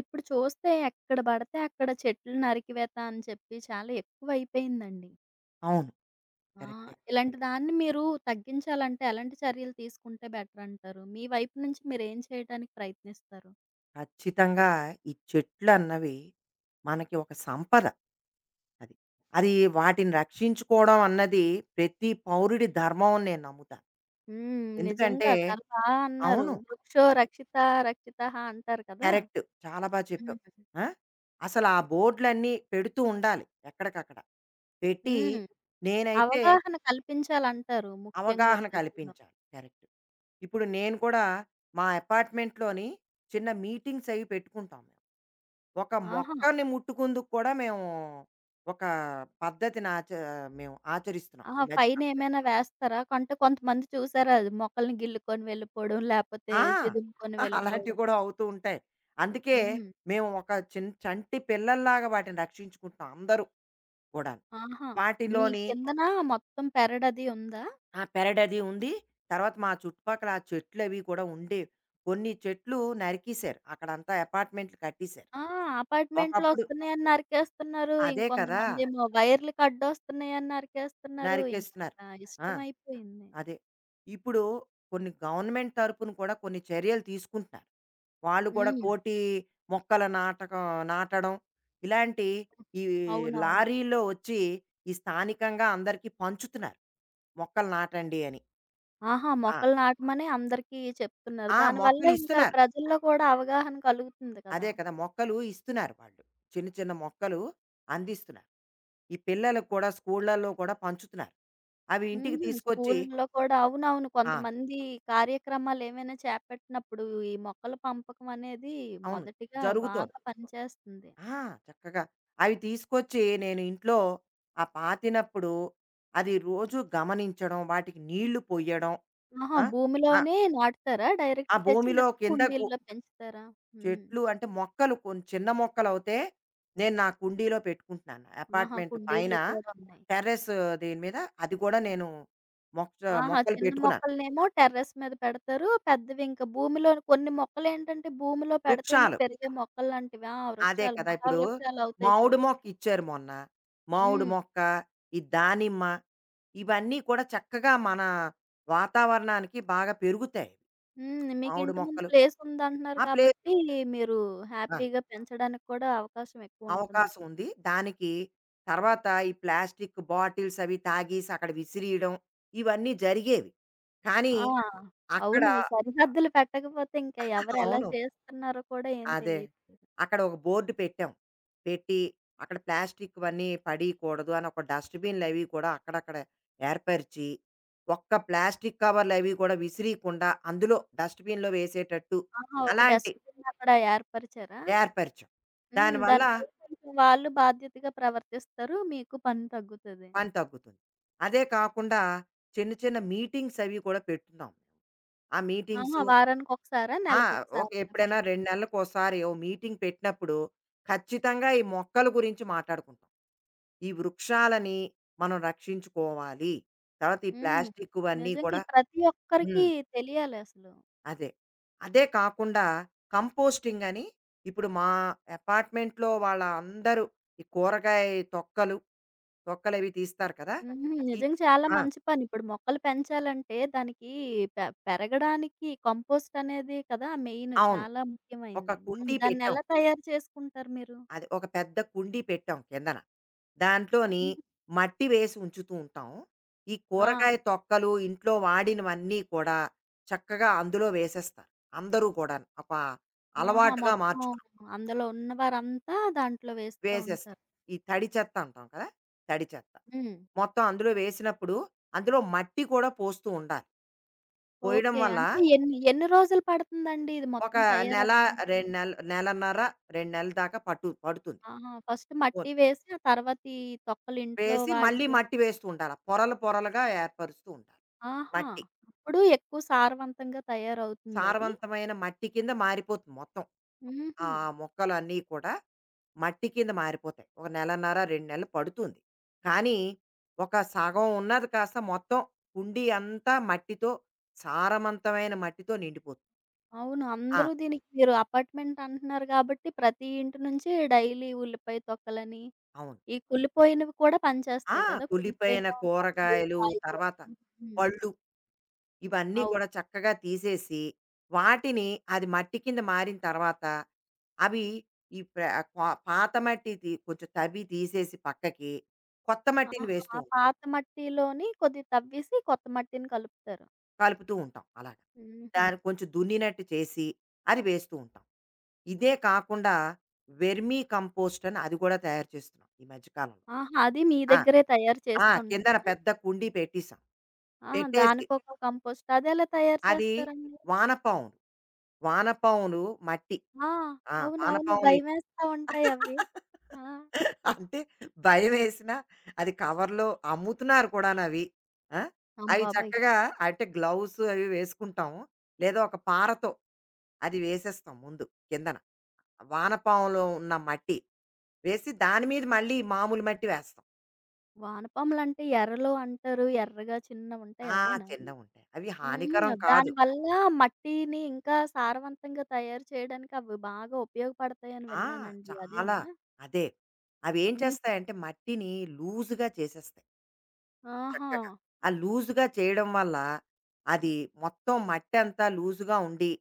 ఇప్పుడు చూస్తే ఎక్కడ పడితే అక్కడ చెట్లు నరికివేత అని చెప్పి చాలా ఎక్కువైపోయిందండి. అవును. ఆ! కరెక్టే. ఇలాంటి దాన్ని మీరు తగ్గించాలంటే ఎలాంటి చర్యలు తీసుకుంటే బెటర్ అంటారు? మీ వైపు నుంచి మీరేం చేయటానికి ప్రయత్నిస్తారు? ఖచ్చితంగా ఈ చెట్లన్నవి మనకి ఒక సంపద అది. అది వాటిని రక్షించుకోవడం అన్నది ప్రతి పౌరుడి ధర్మం అని నేను నమ్ముతాను. హ్మ్. ఎందుకంటే నిజంగా చాలా బా అన్నారు. అవును. వృక్షో అదే. రక్షిత రక్షితః అంటారు కదా! కరెక్ట్. చాలా బా చెప్పావు. హ్మ్. ఆ! అసలు ఆ బోర్డులన్నీ పెడుతూ ఉండాలి ఎక్కడికక్కడ. పెట్టి హ్మ్. నేనైతే అవగాహన కల్పించాలంటారు ముఖ్యంగా అవగాహన ప్రజల్లో. కల్పించాలి. కరెక్ట్. ఇప్పుడు నేను కూడా మా అపార్ట్‌మెంట్‌లోని చిన్న మీటింగ్స్ అవి పెట్టుకుంటాం. ఒక ఆహా! మొక్కని ముట్టుకుందుకు కూడా మేము ఒక పద్ధతిని మేము ఆచరిస్తున్నాం ఈ ఆహా! మధ్యకాలం. ఫైనేమైనా వేస్తారా? అంటే కొంతమంది చూసారా, అది మొక్కల్ని గిల్లుకొని వెళ్ళిపోవడం, లేపోతే ఆ! చిదుముకొని అలాంటివి వెళ్ళిపోవడం. కూడా అవుతూ ఉంటాయి. అందుకే హ్మ్. మేము ఒక చంటి పిల్లల్లాగా వాటిని రక్షించుకుంటున్నాం అందరూ కూడాను. ఆహా! మీ వాటిలోని కిందన మొత్తం పెరడది ఉందా? ఆ పెరడది ఉంది. తర్వాత మా చుట్టుపక్కల ఆ చెట్లవి కూడా ఉండేవి. కొన్ని చెట్లు నరికేశారు. అక్కడంతా అపార్ట్మెంట్లు కట్టేశారు. ఆ! అపార్ట్‌మెంట్‌లో ఒకప్పుడు వస్తున్నాయని నరికేస్తున్నారు. అదే కదా! ఇంకొంతమందేమో వైర్‌లకి అడ్డొస్తున్నాయని నరికేస్తున్నారు. నరికేస్తున్నారు. ఇంకసల ఆ! ఇష్టమైపోయింది. అదే. ఇప్పుడు కొన్ని గవర్నమెంట్ తరపున కూడా కొన్ని చర్యలు తీసుకుంటున్నారు. వాళ్ళు కూడా హ్మ్. కోటి మొక్కల నాటకం నాటడం, ఇలాంటి ఈ అవునవును. లారీలో వచ్చి ఈ స్థానికంగా అందరికీ పంచుతున్నారు. మొక్కలు నాటండి అని. ఆహా! ఆ! మొక్కలు నాటమని అందరికీ చెప్తున్నారు. ఆ! దానివల్ల మొక్కలు ఇంకా ఇస్తున్నారు. ప్రజల్లో కూడా అవగాహన కలుగుతుంది కదా! అదే కదా! మొక్కలు ఇస్తున్నారు వాళ్ళు. చిన్న చిన్న మొక్కలు అందిస్తున్నారు. ఈ పిల్లలకు కూడా స్కూళ్ళలో కూడా పంచుతున్నారు. అవి ఇంటికి హుహు. తీసుకొచ్చి స్కూల్‌లో కూడా అవునవును. ఆ! కొంతమంది కార్యక్రమాలేమైనా చేపట్టినప్పుడు ఈ మొక్కల పెంపకం అనేది అవును. మొదటిగా జరుగుతోంది. బాగా పనిచేస్తుంది. ఆ! చక్కగా అవి తీసుకొచ్చి నేను ఇంట్లో ఆ పాతినప్పుడు అది రోజు గమనించడం, వాటికి నీళ్లు పొయ్యడం. ఆహా! ఆ! ఆ! భూమిలోనే నాటుతారా? ఆ డైరెక్ట్ తెచ్చి భూమిలో లేకపోతే కింద కుండీల్లో పెంచుతారా? హ్మ్. చెట్లు అంటే మొక్కలు కొన్ని చిన్న మొక్కలవుతే నేను నా కుండీలో పెట్టుకుంటున్నాను. ఆహా! అపార్ట్మెంట్ పైన కుండీలు కూడా ఉన్నాయి. టెర్రస్ దీని మీద అది కూడా నేను మొక్క ఆహా! మొక్కలు చిన్న పెట్టుకున్నాను. మొక్కలనేమో టెర్రస్ మీద పెడతారు. పెద్దవి ఇంకా భూమిలోని కొన్ని మొక్కలేంటంటే భూమిలో పెడితేనే వృక్షాలు. పెరిగే మొక్కల్లాంటివి. ఆ! అదే వృక్షాలు కదా! ఇప్పుడు మహావృక్షాలు అవుతాయి మామిడి చూడు. మొక్క ఇచ్చారు మొన్న. మామిడి హ్మ్. మొక్క, ఈ దానిమ్మ ఇవన్నీ కూడా చక్కగా మన వాతావరణానికి బాగా పెరుగుతాయి. హ్మ్. మీకు మామిడి ఇంటి ముందు మొక్కలు. ప్లేస్ ఉందంటున్నారు ఆ! ప్లేసు. కాబట్టి మీరు ఆ! హ్యాపీగా పెంచడానికి కూడా అవకాశం ఎక్కువుంటుంది. అవకాశం ఉంది. దానికి తర్వాత ఈ ప్లాస్టిక్ బాటిల్స్ అవి తాగేసి అక్కడ విసిరీయడం ఇవన్నీ జరిగేవి. కానీ ఆ! అక్కడ అవును. సరిహద్దులు పెట్టకపోతే ఇంకా ఎవరు ఎలా అవును. చేస్తున్నారో కూడా ఏం అదే. తెలీదు. అక్కడ ఒక బోర్డ్ పెట్టాం. పెట్టి అక్కడ ప్లాస్టిక్‌వన్నీ పడీకూడదు అని ఒక డస్ట్‌బిన్‌లవి కూడా అక్కడక్కడ ఏర్పరిచి, ఒక్క ప్లాస్టిక్ కవర్‌లవి కూడా విసిరీకుండా అందులో డస్ట్‌బిన్‌లో వేసేటట్టు ఆహా! ఒక అలాంటి డస్ట్‌బిన్ అక్కడ ఏర్పరిచారా? ఏర్పరిచాం. హ్మ్. దానివల్ల దానివల్ల కొంచెం వాళ్ళు బాధ్యతగా ప్రవర్తిస్తారు. మీకు పని తగ్గుతది. పని తగ్గుతుంది. అదే కాకుండా చిన్న చిన్న మీటింగ్స్ అవి కూడా పెట్టున్నాం. ఆ ఆహా! మీటింగ్సు వారానికొకసారా? ఆ! ఒక నెలకొకసారా ఇలా ఎప్పుడైనా 2 పెడుతున్నా నెలలకోసారి ఓ మీటింగ్ పెట్టినప్పుడు ఖచ్చితంగా ఈ మొక్కల గురించి మాట్లాడుకుంటాం. ఈ వృక్షాలని మనం రక్షించుకోవాలి. తర్వాత ఈ హ్మ్. ప్లాస్టిక్కువన్నీ నిజంగా కూడా ప్రతి ఒక్కరికి హ్మ్. తెలియాలసలు. అదే. అదే కాకుండా కంపోస్టింగ్ అని ఇప్పుడు మా అపార్ట్మెంట్‌లో వాళ్ళ అందరూ ఈ కూరగాయ తొక్కలు, తీస్తారు కదా! హుహు. ఈ నిజంగా చాలా ఆ! మంచి పని. ఇప్పుడు మొక్కలు పెంచాలంటే దానికి పెరగడానికి కంపోస్ట్ అనేది కదా! మెయిన్ అవును. చాలా ఒక ముఖ్యమైంది. హ్మ్. కుండీ పెట్టాం. దాన్నెలా తయారు చేసుకుంటారు మీరు? అది ఒక పెద్ద కుండీ పెట్టాం కిందన. దాంట్లోని హుహు. మట్టి వేసి ఉంచుతూ ఉంటాం. ఈ ఆ! కూరగాయ తొక్కలు, ఇంట్లో వాడినవన్నీ కూడా చక్కగా అందులో వేసేస్తారు. అందరూ కూడాను. ఒక ఆహా! అలవాటుగా మొత్తం మార్చుకున్నాం. అందులో ఉన్నవారంతా దాంట్లో వేస్తా వేసేస్తాం. ఉంటారు. ఈ తడి చెత్త అంటాం కదా! తడి చెత్త. హ్మ్. మొత్తం అందులో వేసినప్పుడు అందులో మట్టి కూడా పోస్తూ ఉండాలి. పోయడం ఓకే. వల్ల అంటే ఎన్ని ఎన్ని రోజులు పడుతుందండి ఇది ఒక మొత్తం నెల, తయారవ్వడానికి? 2 నెలన్నర, 2 నెలల దాకా పట్టు పడుతుంది. ఆహా! ఫస్ట్ మట్టి పోన్ వేసి ఆ తర్వాత ఈ తొక్కలు ఇంట్లో వేసి మళ్ళీ వాడేవి మట్టి వేస్తూ ఉండాల. పొరలు పొరలుగా ఏర్పరుస్తూ ఉండాలి. ఆహా! మట్టి. అప్పుడు ఎక్కువ సారవంతంగా తయారవుతుందది. సారవంతమైన మట్టి కింద మారిపోతుంది మొత్తం. ఆ హుహు. మొక్కలన్నీ కూడా మట్టి కింద మారిపోతాయి. ఒక నెలన్నర, 2 నెలలు పడుతుంది. కానీ, ఒక సగం ఉన్నది కాస్త మొత్తం కుండీ అంతా మట్టితో సారవంతమైన మట్టితో నిండిపోతుంది. అవును. ఆ! అందరూ దీనికి మీరు అపార్ట్‌మెంట్ అంటున్నారు కాబట్టి ప్రతి ఇంటి నుంచి డైలీ ఉల్లిపాయ తొక్కలని, అవును. ఈ కుళ్ళిపోయినవి కూడా ఆ! పనిచేస్తాయి కదా! కుళ్ళిపోయిన కుళ్ళిపోయిన పండ్లు, కూరగాయలు, కాయగూరలు. తర్వాత హ్మ్. పళ్ళు ఇవన్నీ అవును. కూడా చక్కగా తీసేసి, వాటిని అది మట్టి కింద మారిన తర్వాత, అవి ఈ ప్ర పా పాత మట్టి కొంచెం తవ్వి తీసేసి పక్కకి, కొత్త ఆహా! మట్టిని వేస్తూ ఆ ఉంటాం. పాత మట్టిలోని కొద్దిగా తవ్వేసి కొత్త మట్టిని కలుపుతారు. కలుపుతూ ఉంటాం అలాగా. హుహు. దానికి కొంచెం దున్నినట్టు చేసి, అది వేస్తూ ఉంటాం. ఇదే కాకుండా వెర్మీ కంపోస్ట్ అని అది కూడా తయారు చేస్తున్నాం ఈ మధ్య కాలంలో. ఆహా! అది మీ ఆ! దగ్గరే తయారు ఆ! కిందన చేస్తుంటారా? పెద్ద కుండీ పెట్టేసాం. ఆహా! పెట్టేసి దానికొక కంపోస్ట్ అదెలా తయారు అది చేస్తారండి? వానపాములు, వానపాములు మట్టి ఆ! ఆ! అవునవును. భయమేస్తా ఉంటాయి అవి. ఆ! అంటే భయమేసినా అది కవర్‌లో అమ్ముతున్నారు కూడానవి. ఆ! అవి అమ్మబాబోయ్! చక్కగా అంటే గ్లౌస్ అవి వేసుకుంటాం. లేదా ఒక పారతో అది వేసేస్తాం ముందు కిందన. వానపాములో ఉన్న మట్టి వేసి దాని మీద మళ్ళీ మామూలు మట్టి వేస్తాం. వానపాములంటే ఎరలు అంటారు. ఎర్రగా చిన్నవుంటాయి ఆ! అవేనా? చిన్నవుంటాయి. అవి హుహు. హానికరం కాదు. దానివల్ల మట్టిని ఇంకా సారవంతంగా తయారు చేయడానికి అవి బాగా ఉపయోగపడతాయని ఆ! విన్నానండి. చాలా. అదేనా? అదే. అవేం హ్మ్. చేస్తాయంటే మట్టిని లూజుగా చేసేస్తాయి. ఆహా! చక్కగా. ఆ లూజుగా చేయడం వల్ల అది మొత్తం మట్టంతా లూజుగా ఉండి,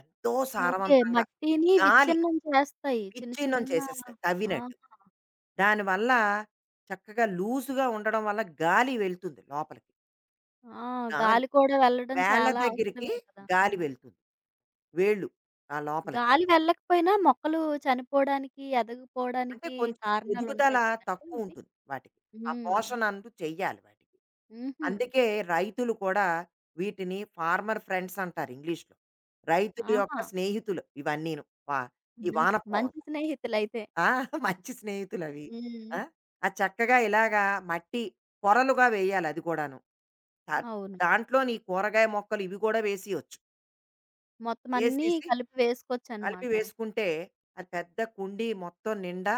ఎంతో హ్మ్. ఓకే. సారవంతంగా మట్టిని గాలి విచ్ఛిన్నం చేస్తాయి. చిన్న విచ్ఛిన్నం చిన్న చేసేస్తాయి ఆహా! తవ్వినట్టు. దానివల్ల చక్కగా లూజుగా ఉండడం వల్ల గాలి వెళ్తుంది లోపలికి. ఆ! గాలి గాలి కూడా వెళ్ళడం వేళ్ళ చాలా దగ్గరికి అవసరమే కదా! ఆ! గాలి వెళ్తుంది. వేళ్ళు ఆ లోపలికి. గాలి వెళ్ళకపోయినా మొక్కలు చనిపోవడానికి, అంటే ఎదగపోవడానికి కొంచెం ఎదుగుదల కారణాలుంటాయి కదండీ ఇవి. తక్కువుంటుంది వాటికి. ఆ హ్మ్. పోషణ అంటూ చెయ్యాలి వాటికి. హుహు. అందుకే రైతులు కూడా వీటిని ఫార్మర్ ఫ్రెండ్స్ అంటారు ఇంగ్లీష్‌లో. రైతుల యొక్క ఆహా! స్నేహితులు ఇవన్నీను. వా ఈ మం వానపాములు. మంచి స్నేహితులైతే. ఆ! మంచి స్నేహితులవి. హ్మ్. ఆ! ఆ చక్కగా ఇలాగా మట్టి పొరలుగా వేయాలి అది కూడాను. దా అవును. దాంట్లోని ఈ కూరగాయ మొక్కలు ఇవి కూడా వేసియొచ్చు. మొత్తం అన్నీ వేసేసి కలిపి కలిపి వేసుకోవచ్చనమాట. వేసుకుంటే అది పెద్ద కుండీ మొత్తం నిండా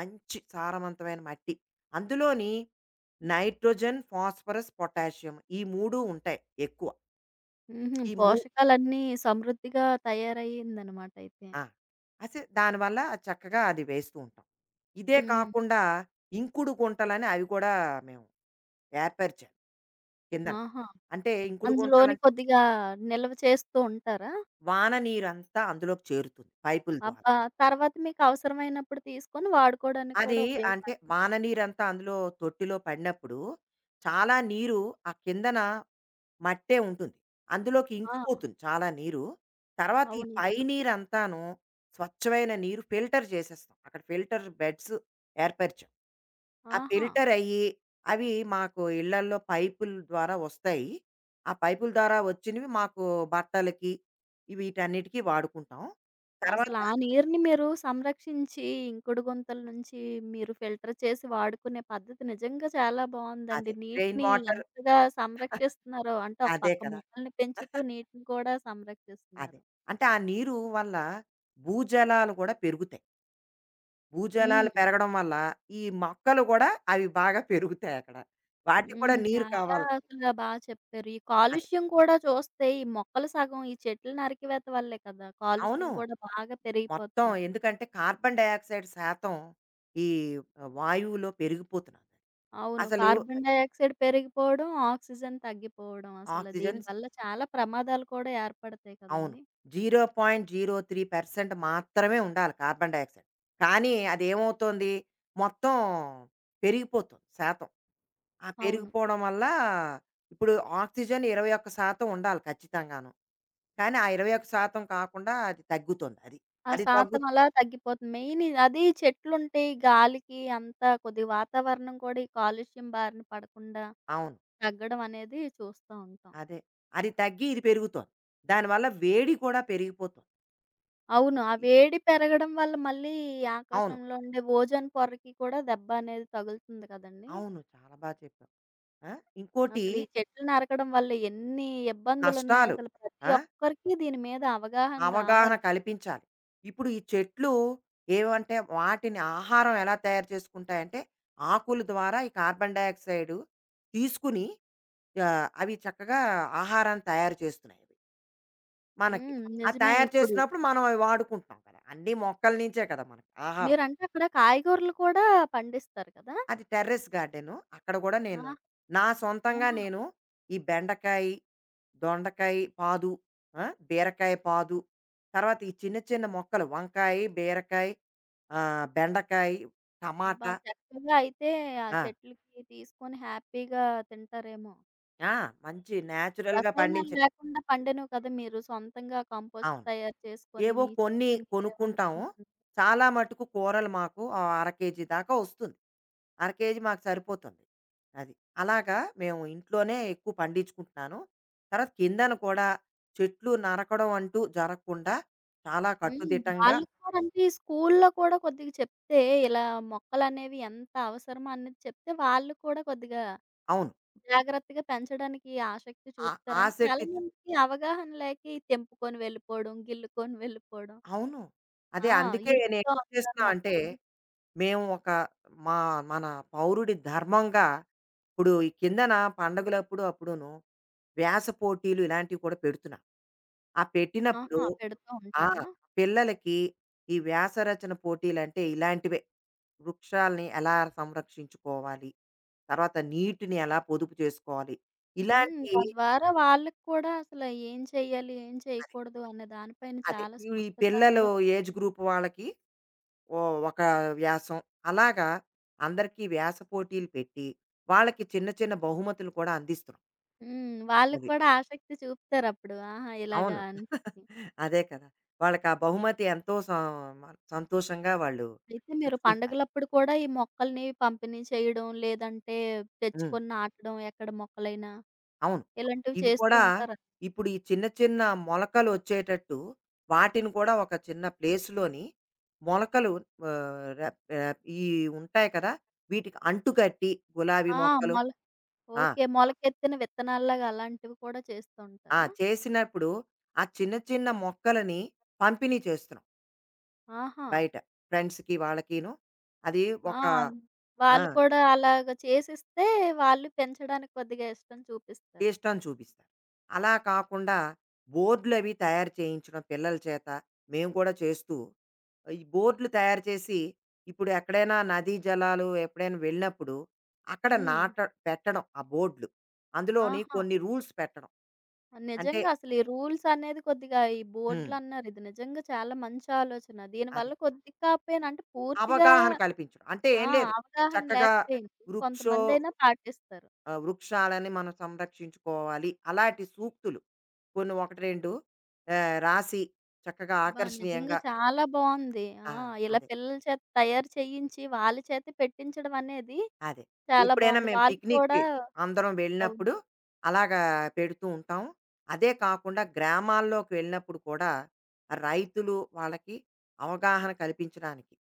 మంచి సారవంతమైన మట్టి. అందులోని నైట్రోజన్, ఫాస్ఫరస్, పొటాషియం ఈ 3 ఉంటాయి ఎక్కువ. హుహు. ఈ మూ పోషకాలన్నీ సమృద్ధిగా తయారయిందనమాట అయితే. ఆ! అసే దానివల్ల చక్కగా అది వేస్తూ ఉంటాం. ఇదే హ్మ్. కాకుండా ఇంకుడు గుంటలని అవి కూడా మేము ఏర్పరిచాం కిందన. ఆహా! అంటే ఇంకుడు అందులోని గుంటలంటే కొద్దిగా నిల్వ చేస్తూ ఉంటారా? వాన నీరంతా అందులోకి చేరుతుంది పైపుల ద్వారా. అబ్బా! తర్వాత మీకవసరమైనప్పుడు తీసుకొని వాడుకోవడానికి అది కూడా అంటే ఉపయోగపడుతుందా? వాన నీరంతా అందులో తొట్టిలో పడినప్పుడు చాలా నీరు ఆ కిందన మట్టే ఉంటుంది. అందులోకి ఆ! ఇంకిపోతుంది చాలా నీరు. తర్వాత ఈ పై అవునవును. నీరంతాను స్వచ్ఛమైన నీరు ఫిల్టర్ చేసేస్తాం. అక్కడ ఫిల్టర్ బెడ్స్ ఏర్పరిచాం. ఆ ఆహా! ఫిల్టర్ అయ్యి, అవి మాకు ఇళ్ళల్లో పైపుల ద్వారా వస్తాయి. ఆ పైపుల ద్వారా వచ్చినవి మాకు బట్టలకి, వీటన్నిటికి వాడుకుంటాం. అసలు తర్వాత ఆ నీరుని మీరు సంరక్షించి ఇంకుడు గుంతల నుంచి మీరు ఫిల్టర్ చేసి వాడుకునే పద్ధతి నిజంగా చాలా అదే బావుందండి. రెయిన్ నీటిని వాటర్ ఎంతగా సంరక్షిస్తున్నారో, అంటే ఒక అదే పక్క కదా! మొక్కల్ని పెంచుతూ నీటిని కూడా అదే. సంరక్షిస్తున్నారు. అంటే ఆ నీరు వల్ల భూజలాలు కూడా పెరుగుతాయి. భూజలాలు హ్మ్. పెరగడం వల్ల ఈ మొక్కలు కూడా అవి బాగా పెరుగుతాయక్కడ. వాటికి కూడా హ్మ్. నీరు చాలా కావాలి కదా! అసల బా చెప్పారు. ఈ అదే. కాలుష్యం కూడా చూస్తే ఈ మొక్కలు సగం ఈ చెట్ల నరికివేత వల్లే కదా! అవును. కాలుష్యం కూడా బాగా మొత్తం పెరిగిపోతుంది. ఎందుకంటే కార్బన్ డయాక్సైడ్ శాతం ఈ వాయువులో పెరిగిపోతున్నది. అవును. అసలు కార్బన్ డయాక్సైడ్ పెరిగిపోవడం, ఆక్సిజన్ తగ్గిపోవడం అసలు ఆక్సిజన్స్ దీనివల్ల చాలా ప్రమాదాలు కూడా ఏర్పడతాయి అవును. కదండీ! 0.03% మాత్రమే ఉండాలి కార్బన్ డయాక్సైడ్. కానీ అదేమవుతోంది మొత్తం పెరిగిపోతుంది శాతం. ఆ అవును. పెరిగిపోవడం వల్ల ఇప్పుడు ఆక్సిజన్ 21% ఉండాలి ఖచ్చితంగాను. కానీ ఆ 21% కాకుండా అది తగ్గుతుంది అది. ఆ అది తగ్గు శాతం అలా తగ్గిపోతుంది. మెయిన్ ఇది అది చెట్లుంటే ఈ గాలికి అంతా కొద్దిగా వాతావరణం కూడా ఈ కాలుష్యం బారిన పడకుండా అవును. తగ్గడం అనేది చూస్తా ఉంటాం. అదే. అది తగ్గి ఇది పెరుగుతోంది. దానివల్ల వేడి కూడా పెరిగిపోతుంది. అవును. ఆ ఇ వేడి పెరగడం వల్ల మళ్ళీ ఈ అవును. ఆకాశంలో ఉండే ఓజోన్ పొరకి కూడా దెబ్బ అనేది తగులుతుంది కదండీ! అవును. చాలా బా చెప్పావు. ఆ! ఇంకోటి అసలు ఈ చెట్లు నరకడం వల్ల ఎన్ని ఇబ్బందులున్నాయి, నష్టాలు. అసలు ప్రతి ఆ! ఒక్కరికి దీని మీద అవగాహన అవగాహన రావాలి. కల్పించాలి. ఇప్పుడు ఈ చెట్లు ఏవంటే వాటిని ఆహారం ఎలా తయారు చేసుకుంటాయంటే, ఆకుల ద్వారా ఈ కార్బన్ డయాక్సైడ్ తీసుకుని ఆహ్, అవి చక్కగా ఆహారాన్ని తయారు చేస్తున్నాయి అవి మనకి. హ్మ్. ఆ నిజమే తయారు ఇప్పుడు. చేసినప్పుడు మనం అవి వాడుకుంటున్నాం కదా! అన్నీ మొక్కల నుంచే కదా! మనకి ఆహారం. మీరంటే అక్కడ కాయగూరలు కూడా పండిస్తారు కదా! అది టెర్రస్ గార్డెను. అక్కడ గూడా నేను ఆహా! నా సొంతంగా ఆహా! నేను ఈ బెండకాయి, దొండకాయ పాదు, ఆ! బీరకాయ పాదు, తర్వాత ఈ చిన్న చిన్న మొక్కలు వంకాయి, బీరకాయ, ఆహ్, బెండకాయ, అబ్బా! టమాటా. చక్కగా అయితే ఆ ఆ! చెట్లుకి తీసుకొని హ్యాపీగా తింటారేమో! ఆ! మంచి నేచురల్‌గా రసాయనాలు పండించిన లేకుండా పండినవి కదా! మీరు సొంతంగా కంపోస్ట్ అవును. తయారు చేసుకొని ఏవో మీ కొన్ని చేతిలో మీరే కొనుక్కుంటాము. వండుకుంటున్నారు. చాలా మటుకు కూరలు మాకు ఆహ్, అర కేజీ దాకా వస్తుంది. అర కేజీ మాకు సరిపోతుంది. అది. అలాగా మేము ఇంట్లోనే ఎక్కువ పండించుకుంటున్నాను. తర్వాత కిందన కూడా చెట్లు నరకడం అంటూ జరగకుండా చాలా హ్మ్. కట్టుదిట్టంగా వాళ్ళకి కూడా అంటే స్కూల్లో కూడా కొద్దిగా చెప్తే ఇలా మొక్కలనేవి ఎంత అవసరమో అనేది చెప్తే వాళ్ళు కూడా కొద్దిగా అవును. జాగ్రత్తగా పెంచడానికి ఆసక్తి ఆ చూపుతారు. అంటే ఆసక్తి చు చాలామందికి అవగాహన లేక ఈ తెంపుకొని వెళ్ళిపోవడం, గిల్లుకొని వెళ్ళిపోవడం. అవును. అదే ఆ! అందుకే నేనేం ఇరుకుతూ ఉంటారు చేస్తున్నా అంటే మొక్కల్ని. మేము ఒక మా మన పౌరుడి ధర్మంగా ఇప్పుడు ఈ కిందన పండగలప్పుడు అప్పుడును వ్యాస పోటీలు ఇలాంటివి కూడా పెడుతున్నా. ఆ పెట్టినప్పుడు ఆహా! పెడుతూ ఆ! ఉంటారా? పిల్లలకి ఈ వ్యాస రచన పోటీలంటే ఇలాంటివే. వృక్షాల్ని ఎలా సంరక్షించుకోవాలి? తర్వాత నీటిని ఎలా పొదుపు చేసుకోవాలి? హ్మ్. ఇలాంటి తద్వారా వాళ్ళకి కూడా అసలు ఏం చేయాలి, ఏం అదే. చేయకూడదు అనే దానిపైన అదే. చాలా ఈ స్పష్టత పిల్లలు అనేది ఏజ్ వస్తుంది. గ్రూప్ వాళ్ళకి ఓ ఒక వ్యాసం అలాగా అందరికీ వ్యాస పోటీలు పెట్టి వాళ్ళకి చిన్న చిన్న బహుమతులు కూడా అందిస్తున్నాం హ్మ్. వాళ్ళకి అది కూడా ఆసక్తి చూపుతారప్పుడు. ఆహా! ఇలాగా అవును అని చెప్పి. అదే కదా వాళ్ళకి ఆ బహుమతి ఎంతో సంతోషంగా వాళ్ళు అయితే మీరు పుచ్చుకుంటారు పండగలప్పుడు కూడా ఈ మొక్కల్ని పంపిణీ చేయడం, లేదంటే ఉమ్, తెచ్చుకొని నాటడం ఎక్కడ మొక్కలైనా, అవును ఇలాంటివి ఇవి చేస్తూ కూడా ఉంటారా? ఇప్పుడు ఈ చిన్న చిన్న మొలకలు వచ్చేటట్టు వాటిని కూడా ఒక చిన్న ప్లేస్లోని మొలకలు ఆ, రెప్- రెప్- ఈ ఉంటాయి కదా వీటికి అంటుకట్టి గులాబీ ఆ! మొక్కలు మొల ఓకే. మొలకెత్తిన విత్తనాల్లాగా అలాంటివి కూడా చేస్తూ ఆ! ఉంటారా? చేసినప్పుడు ఆ చిన్న చిన్న మొక్కలని పంపిణీ చేస్తున్నాం ఆహా! బయట. ఫ్రెండ్స్‌కి వాళ్ళకిను. అది ఆ! ఒక ఆ! వాళ్ళు కూడా అలాగ చేసిస్తే వాళ్ళు పెంచడానికి కొద్దిగా ఇష్టం చూపిస్తారు. ఇష్టం చూపిస్తారు. అలా కాకుండా బోర్డులవి తయారు చేయించడం పిల్లల చేత మేము కూడా చేస్తూ, ఈ బోర్డులు తయారు చేసి ఇప్పుడు ఎక్కడైనా నదీ జలాలు ఎప్పుడైనా వెళ్ళినప్పుడు అక్కడ హ్మ్. నాట పెట్టడం ఆ బోర్డులు. అందులోని ఆహా! కొన్ని రూల్స్ పెట్టడం. అంటే నిజంగా అసలు ఈ రూల్స్ అనేది కొద్దిగా ఈ హ్మ్. బోర్డులన్నారు ఇది నిజంగా చాలా మంచి ఆలోచన. అది. దీనివల్ల కొద్దిగా కాకపోయినా అంటే పూర్తిగా అవగాహన కల్పించడం. అంటే ఆ! ఏం లేదు. అవగాహన చక్కగా లేకపోయింది. వృక్షో కొంతమందైనా పాటిస్తారు. ఆ, వృక్షాలని మనం సంరక్షించుకోవాలి అలాంటి సూక్తులు కొన్ని ఒకటి రెండు ఆ, రాసి చక్కగా అబ్బా! నిజంగా ఆకర్షణీయంగా చాలా బావుంది. ఆ, ఆ! ఇలా అదే పిల్లల చేత తయారు చేయించి, వాళ్ళ చేతే పెట్టించడం అనేది అదే చాలా ఎప్పుడైనా బావుంది. మేము వాళ్ళు కూడా పిక్నిక్కి అందరం అవును. వెళ్ళినప్పుడు అలాగా పెడుతూ ఉంటాం అదే కాకుండా గ్రామాల్లోకి వెళ్ళినప్పుడు కూడా ఆ రైతులు వాళ్ళకి అవగాహన కల్పించడానికి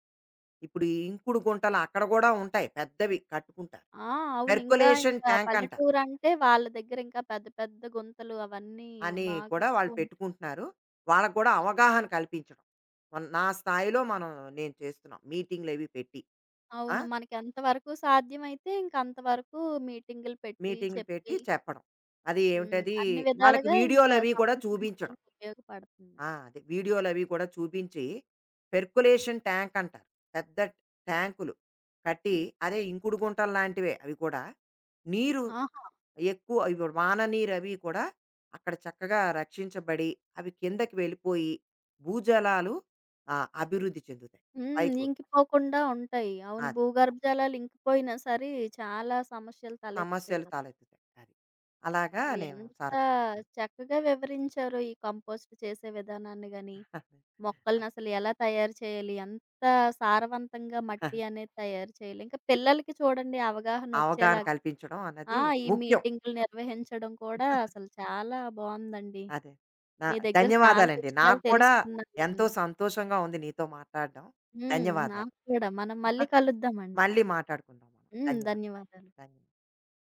ఇప్పుడు ఈ ఇంకుడు గుంటలు అక్కడ కూడా ఉంటాయి పెద్దవి కట్టుకుంటారు ఆ! అవును. ఇంకా పెర్కులేషన్ ఇంకా ట్యాంక్ అంటారు పల్లెటూరంటే వాళ్ళ దగ్గర ఇంకా పెద్ద పెద్ద గుంతలు అవన్నీ అని బాగా కూడా వాళ్ళు ఎక్కువుంటాయి. పెట్టుకుంటున్నారు. వాళ్ళకి కూడా అవగాహన కల్పించడం. నా స్థాయిలో నేను చేస్తున్నాం. మీటింగులవి పెట్టి. ఆ! అవును. మనకి ఎంతవరకు సాధ్యమైతే ఇంక అంతవరకు మీటింగులు పెట్టి, మీటింగులు పెట్టి చెప్పి చెప్పడం. అది హ్మ్. ఏమిటది అన్ని వాళ్ళకి విధాలుగా ఇంకా వీడియోలవి కూడా చూపించడం. సంరక్షించడానికి ఉపయోగపడుతుంది. ఆ! అదే వీడియోలవి కూడా చూపించి పెర్కులేషన్ ట్యాంక్ అంటారు. పెద్ద ట్యాంకులు కట్టి అదే ఇంకుడు గుంటల్లాంటివే అవి కూడా. నీరు ఆహా! ఎక్కువ ఇప్పుడు వాననీరు అవి కూడా అక్కడ చక్కగా రక్షించబడి అవి కిందకి వెళ్ళిపోయి భూజలాలు ఆ, అభివృద్ధి చెందుతాయి హ్మ్. పైకు ఇంకిపోకుండా ఉంటాయి. అవును. అది భూగర్భ జలాలు ఇంకిపోయినా సరే చాలా సమస్యలు తలెత్తుతాయి సమస్యలు కదా! తలెత్తుతాయి అది అలాగా అసలు నేను ఎంత సారక్షిస్తున్నాను చక్కగా వివరించారో ఈ కంపోస్ట్ చేసే విధానాన్ని గాని, మొక్కల్ని అసలు ఎలా తయారు చేయాలి, ఎంత సారవంతంగా మట్టి అనేది తయారు చేయాలి. ఇంకా పిల్లలకి చూడండి అవగాహన అవగాహనొచ్చేలాగా కల్పించడం ఆ! అన్నది ఈ ముఖ్యం మీటింగులు నిర్వహించడం కూడా అసలు చాలా బావుందండి. అదే నా మీ దగ్గర చాలా ధన్యవాదాలండి విషయాలు నాకు కూడా తెలుసుకున్నాను ఎంతో నేను. సంతోషంగా ఉంది నీతో మాట్లాడడం హ్మ్. ధన్యవాదాలు నాకు కూడా. మనం మళ్ళీ కలుద్దామండి. మళ్ళీ మాట్లాడుకుందాం మనం హ్మ్. ధన్యవాదాలు ధన్యవాదాలు. ధన్యవాదాలు